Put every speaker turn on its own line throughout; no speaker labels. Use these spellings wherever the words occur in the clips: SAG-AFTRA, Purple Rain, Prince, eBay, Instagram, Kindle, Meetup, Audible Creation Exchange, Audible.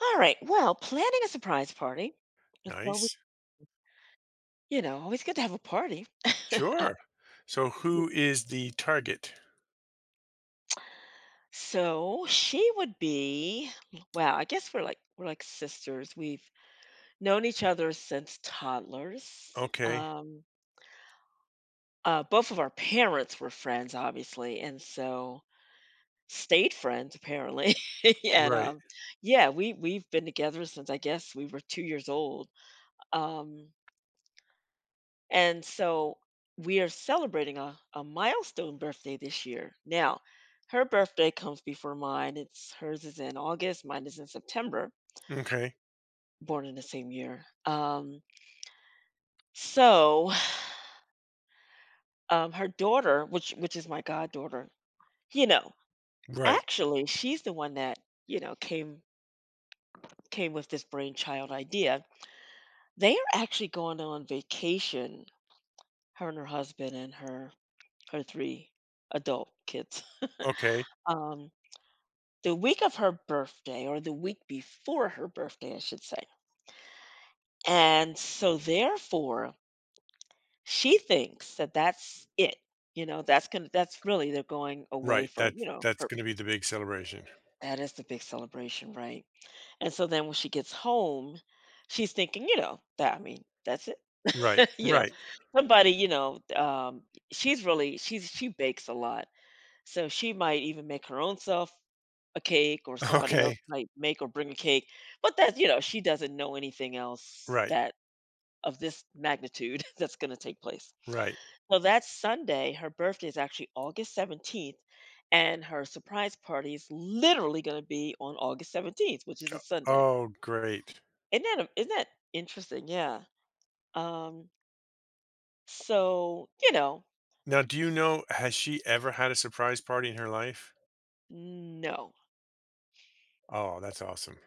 All right. Well, planning a surprise party. It's always,
Nice.
always good to have a party. Uh,
Sure. So who is the target?
so she would be, wow, I guess we're like sisters. We've known each other since toddlers.
Okay.
Both of our parents were friends, obviously, and so stayed friends apparently. and
Right.
Yeah, we we've been together since I guess we were 2 years old. Um, And so we are celebrating a milestone birthday this year. Now, her birthday comes before mine. It's hers is in August, mine is in September,
Okay.
born in the same year. So her daughter, which is my goddaughter, you know,
Right.
actually she's the one that, you know, came came with this brainchild idea. They are actually going on vacation, her and her husband and her three adult kids.
Okay.
Um, the week of her birthday, or the week before her birthday, I should say. And so therefore, she thinks that that's it. That's really they're going away
Right.
for,
That
you know,
that's
her
going to be the big celebration.
that is the big celebration, right? And so then when she gets home, she's thinking, you know, that I mean, that's it.
Right.
you know,
Right.
somebody, you know, um she's really she bakes a lot. So she might even make her own self a cake, or somebody else
Okay.
might make or bring a cake, but that, you know, she doesn't know anything else
Right.
that of this magnitude that's going to take place.
Right.
So that's Sunday. Her birthday is actually August 17th, and her surprise party is literally going to be on August 17th, which is
Uh,
a Sunday.
Oh, great.
Isn't that, isn't that interesting? Yeah. Um, so, you know,
Now, do you know has she ever had a surprise party in her life?
no.
Oh, that's awesome.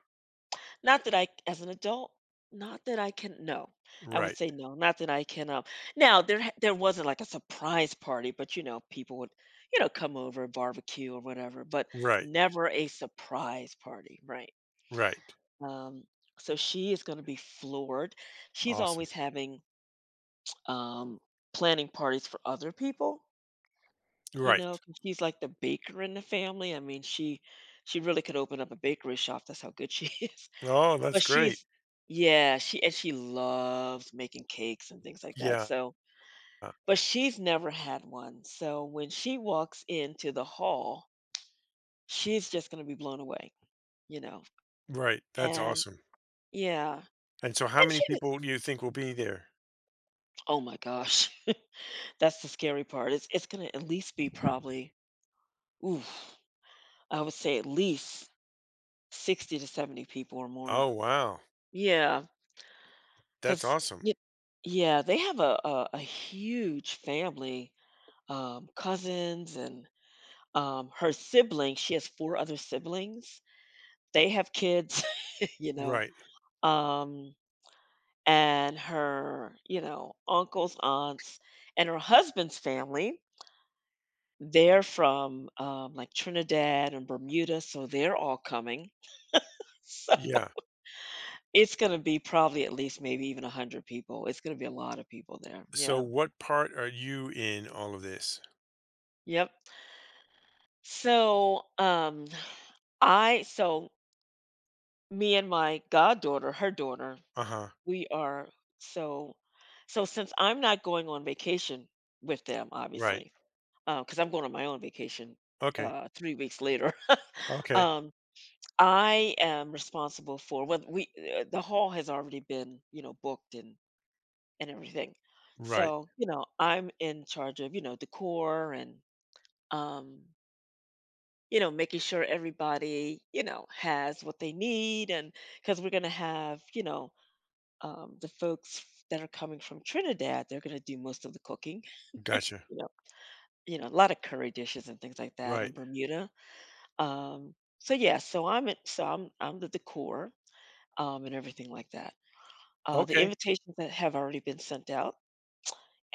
Not that I as an adult, not that I can, no. I would
Right.
say no, not that I can, now there wasn't like a surprise party, but, you know, people would, you know, come over and barbecue or whatever, but
Right.
never a surprise party, right?
Right.
Um, so she is gonna be floored. She's
Awesome.
always having, um, planning parties for other people, you know,
Right.
'cause she's like the baker in the family. I mean, she really could open up a bakery shop, that's how good she is.
Oh, that's
But
great.
she's Yeah, she and she loves making cakes and things like that,
Yeah.
so but she's never had one, so when she walks into the hall, she's just gonna be blown away, you know,
Right. That's
and
awesome.
yeah,
And so how
and
many
she d
people do you think will be there?
oh my gosh, that's the scary part, it's gonna at least be probably, ooh, I would say at least 60 to 70 people or
Oh,
more.
wow.
Yeah,
That's
'cause
awesome.
y yeah, they have a a huge family, cousins and her siblings, she has 4 other siblings, they have kids, you know,
Right.
um, and her, you know, uncles, aunts, and her husband's family, they're from, like, Trinidad and Bermuda, so they're all coming. So
Yeah.
it's gonna be probably at least maybe even 100 people. It's gonna be a lot of people there.
So
Yeah.
what part are you in all of this?
Yep. So, I so me and my goddaughter, her daughter,
Uh-huh.
we are so so since I'm not going on vacation with them,
Right.
obviously, because I'm going on my own vacation
Okay.
3 weeks later.
Okay.
um, I am responsible for what we the hall has already been, you know, booked and everything,
Right.
so you know, I'm in charge of, you know, decor and um you know, making sure everybody, you know, has what they need, and because we're going to have, you know, the folks that are coming from Trinidad, they're going to do most of the cooking.
Gotcha.
You know, you know, a lot of curry dishes and things like that in
Right.
Bermuda. So yeah, so I'm the decor, and everything like that. The
Okay.
invitations that have already been sent out,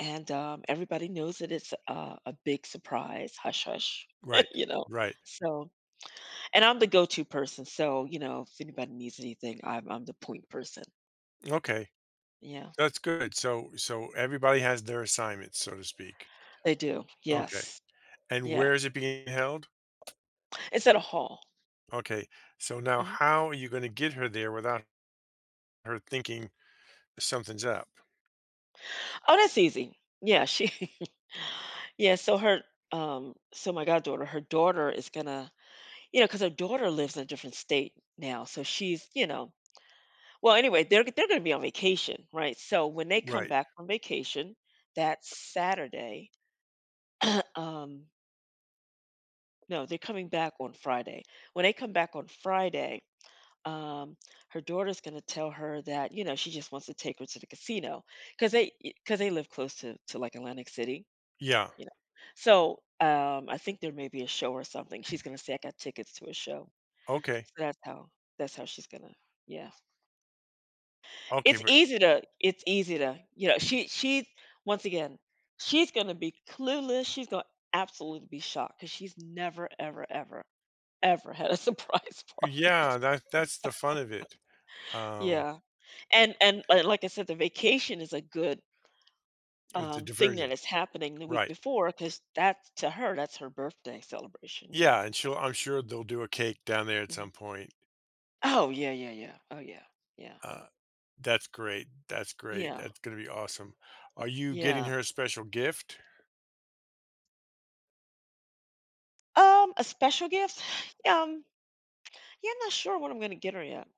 and everybody knows that it's a big surprise. Hush, hush.
Right.
you know.
Right.
So, and I'm the go-to person. So, you know, if anybody needs anything, I'm the point person.
Okay.
Yeah,
That's good. So everybody has their assignments, so to speak.
they do.
Okay.
Yes.
And
Yeah.
where is it being held?
It's at a hall.
Okay. So now
Mhm.
how are you going to get her there without her thinking something's up?
Oh, that's easy. Yeah, she yeah, so her so my goddaughter, her daughter is gonna, you know, because her daughter lives in a different state now, so she's, you know, well, anyway, they're gonna be on vacation, right? So when they come
Right.
back from vacation that Saturday, um no, they're coming back on Friday. When they come back on Friday, um, her daughter's gonna tell her that, you know, she just wants to take her to the casino because they live close to like, Atlantic City.
Yeah.
You know? So, I think there may be a show or something. She's gonna say, "I got tickets to a show."
Okay.
So that's how she's gonna yeah.
Okay, but
It's easy to, you know, she, once again, she's gonna be clueless, she's gonna absolutely be shocked because she's never, ever, ever, ever had a surprise party.
yeah, that's the fun of it. Um,
Yeah. Like I said, the vacation is a good,
it's a
thing
diversion.
that is happening the week
Right.
before, because that's to her, that's her birthday celebration, you know?
Yeah, and
So
she'll I'm sure they'll do a cake down there at
mhm.
some point.
Oh, yeah, yeah, yeah. Oh, yeah. Yeah.
Uh, that's great. That's great.
Yeah.
That's gonna be awesome. Are you getting
Yeah.
her a special gift?
A special gift? Um, yeah, I'm not sure what I'm gonna get her yet.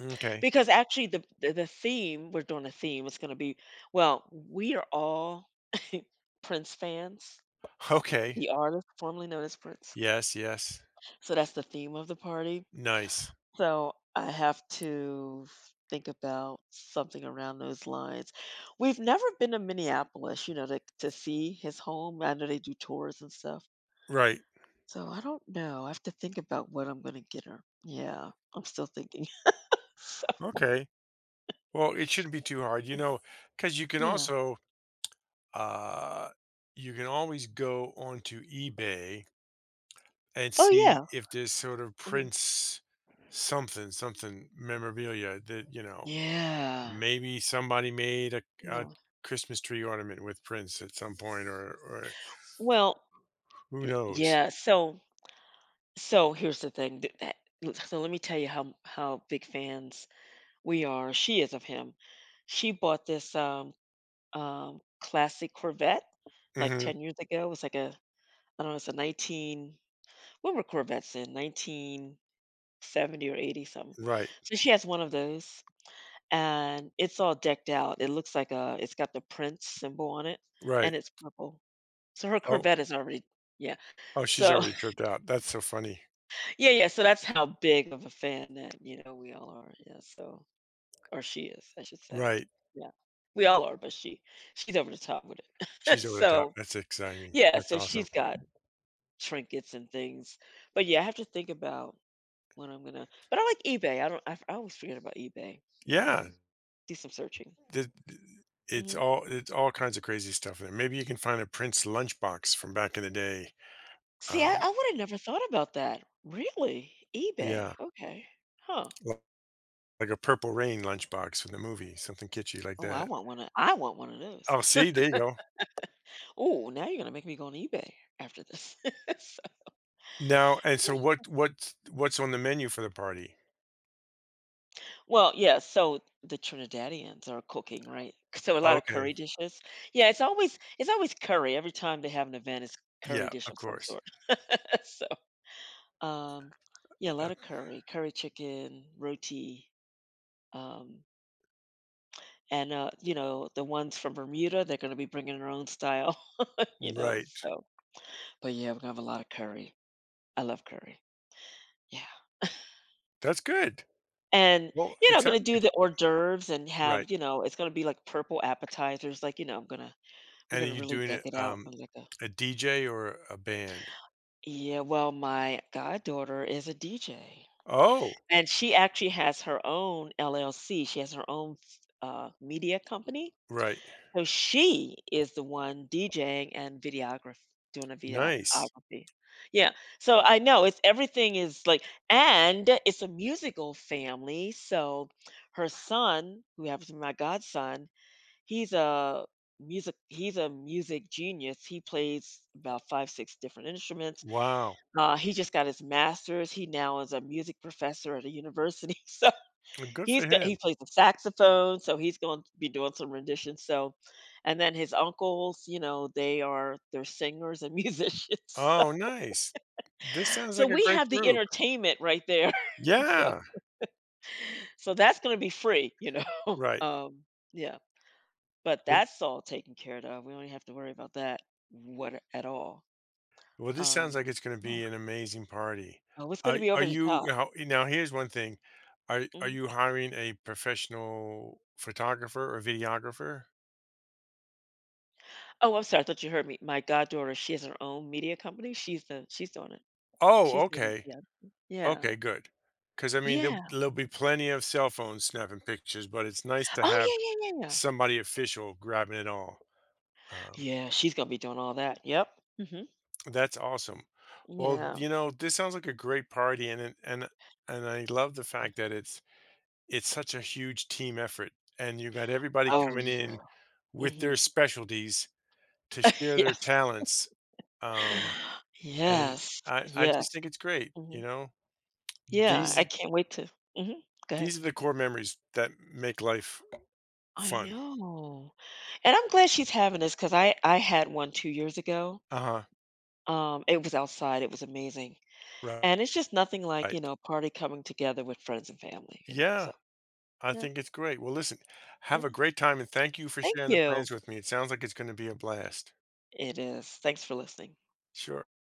Okay.
Because actually the theme, we're doing a theme, it's gonna be, well, we are all Prince fans,
Okay.
the artist formerly known as Prince.
Yes, yes.
So that's the theme of the party.
Nice.
So I have to think about something around those lines. We've never been to Minneapolis, you know, to see his home. I know they do tours and stuff.
Right.
So I don't know. I have to think about what I'm going to get her. Yeah, I'm still thinking. so
Okay. Well, it shouldn't be too hard, you
Mhm.
know, because you can
yeah,
also, uh, you can always go onto eBay and
Oh
see
yeah.
if there's sort of
Mhm.
prints something, something memorabilia that, you know
yeah,
maybe somebody made a
yeah.
Christmas tree ornament with Prince at some point, or
Well,
who knows?
yeah. So so here's the thing. So let me tell you how big fans we are. She is of him. She bought this classic Corvette like
Hmm.
10 years ago. It was like a I don't know. It's a nineteen. What were Corvettes in? Nineteen seventy or eighty something.
Right,
So she has one of those, and it's all decked out. It looks like a it's got the Prince symbol on it, and
right.
it's purple. So her
Oh,
Corvette is already yeah.
oh, she's
So
already tripped out. That's so funny.
yeah, yeah, so that's how big of a fan that, you know, we all are. Yeah, so or she is, I should say.
Right,
Yeah. We all are, but she's over the top with it.
she's over the top.
so,
That's exciting.
yeah,
That's
so
awesome.
she's got trinkets and things. But yeah, I have to think about when I'm going to. But I like eBay. I don't I always forget about eBay. Yeah, I
Yeah,
can do some searching.
th- th- it's
Mhm.
all kinds of crazy stuff in there. Maybe you can find a Prince lunchbox from back in the day.
See,
Um,
I would have never thought about that. Really? eBay.
yeah,
Okay. Huh.
li- like a Purple Rain lunchbox from the movie, something kitschy like
Oh,
that.
I want one of those.
Oh, see, there you go.
Oh, now you're gonna make me go on eBay after this. So-
Now and so what's on the menu for the party?
well, yeah, so the Trinidadians are cooking, right? So a lot of curry
Okay.
dishes. Yeah, it's always curry. Every time they have an event, it's curry
Yeah,
dish
of
of some
course.
sort. So um yeah, a
Uh,
lot of curry, curry chicken, roti, um, and you know, the ones from Bermuda, they're gonna be bringing their own style. You know,
right.
so but yeah, we're gonna have a lot of curry. I love curry. Yeah.
That's good.
And,
Well,
you know,
it
gonna
sounds like
do
it's
the hors d'oeuvres and
right.
have, you know, it's gonna be like purple appetizers. Like, you know, I'm gonna we're
And are
gonna
you
really
doing
deck
it,
it out. I'm like a
a DJ or a band?
Yeah, well, my goddaughter is a DJ.
Oh,
And she actually has her own LLC. She has her own media company.
right.
So she is the one DJing and videograph doing a
Nice.
videography. Yeah. So I know it's everything is like and it's a musical family. So her son, who happens to be my godson, he's a he's a music genius. He plays about 5, 6 different instruments.
Wow.
He just got his master's. He now is a music professor at a university.
Well, good for
He's got
him.
he plays the saxophone, so he's going to be doing some renditions, so and then his uncles, you know, they're singers and musicians, so
Oh, nice. This sounds
so
like a
we
great
have the
group.
entertainment right there. So
Yeah.
so that's gonna be free, you know?
Right.
Um, yeah, but
Well,
that's all taken care of. We don't even have to worry about that what at all.
Well, this sounds
Um,
like it's gonna
yeah.
be an amazing party.
Oh, it's gonna
Are
be
are
over the
you
top.
now here's one thing. Are
Mm.
you hiring a professional photographer or videographer?
Oh, I'm sorry, I thought you heard me. My goddaughter, she has her own media company. She's doing it.
Oh,
She's doing it,
okay.
yeah. Yeah.
Okay, good. Because I mean, there'll
Yeah.
there'll be plenty of cell phones snapping pictures, but it's nice to
Oh,
have
yeah, yeah, yeah, yeah.
somebody official grabbing it all. Um,
Yeah, she's gonna be doing all that. Yep. hmm
that's awesome. Well,
Yeah.
you know, this sounds like a great party and I love the fact that it's such a huge team effort, and you got everybody
Oh,
coming
yeah.
in with
hmm
their specialties to share
Yeah.
their talents, um, and
Yes.
I
Yes.
just think it's great,
hmm
you know?
Yeah. I
These
can't wait to. Hmm Go ahead.
these are the core memories that make life
I
fun.
know. And I'm glad she's having this because I had one 2 years ago.
Uh-huh,
It was outside. It was amazing,
right.
and it's just nothing like, you
Right.
know, party coming together with friends and family. You know. So
Yeah, I
yeah,
think it's great. Well, listen,
yeah.
have a great time, and thank you for
Thank
sharing the
you.
plans with me. It sounds like it's gonna be a blast.
It is. Thanks for listening.
Sure.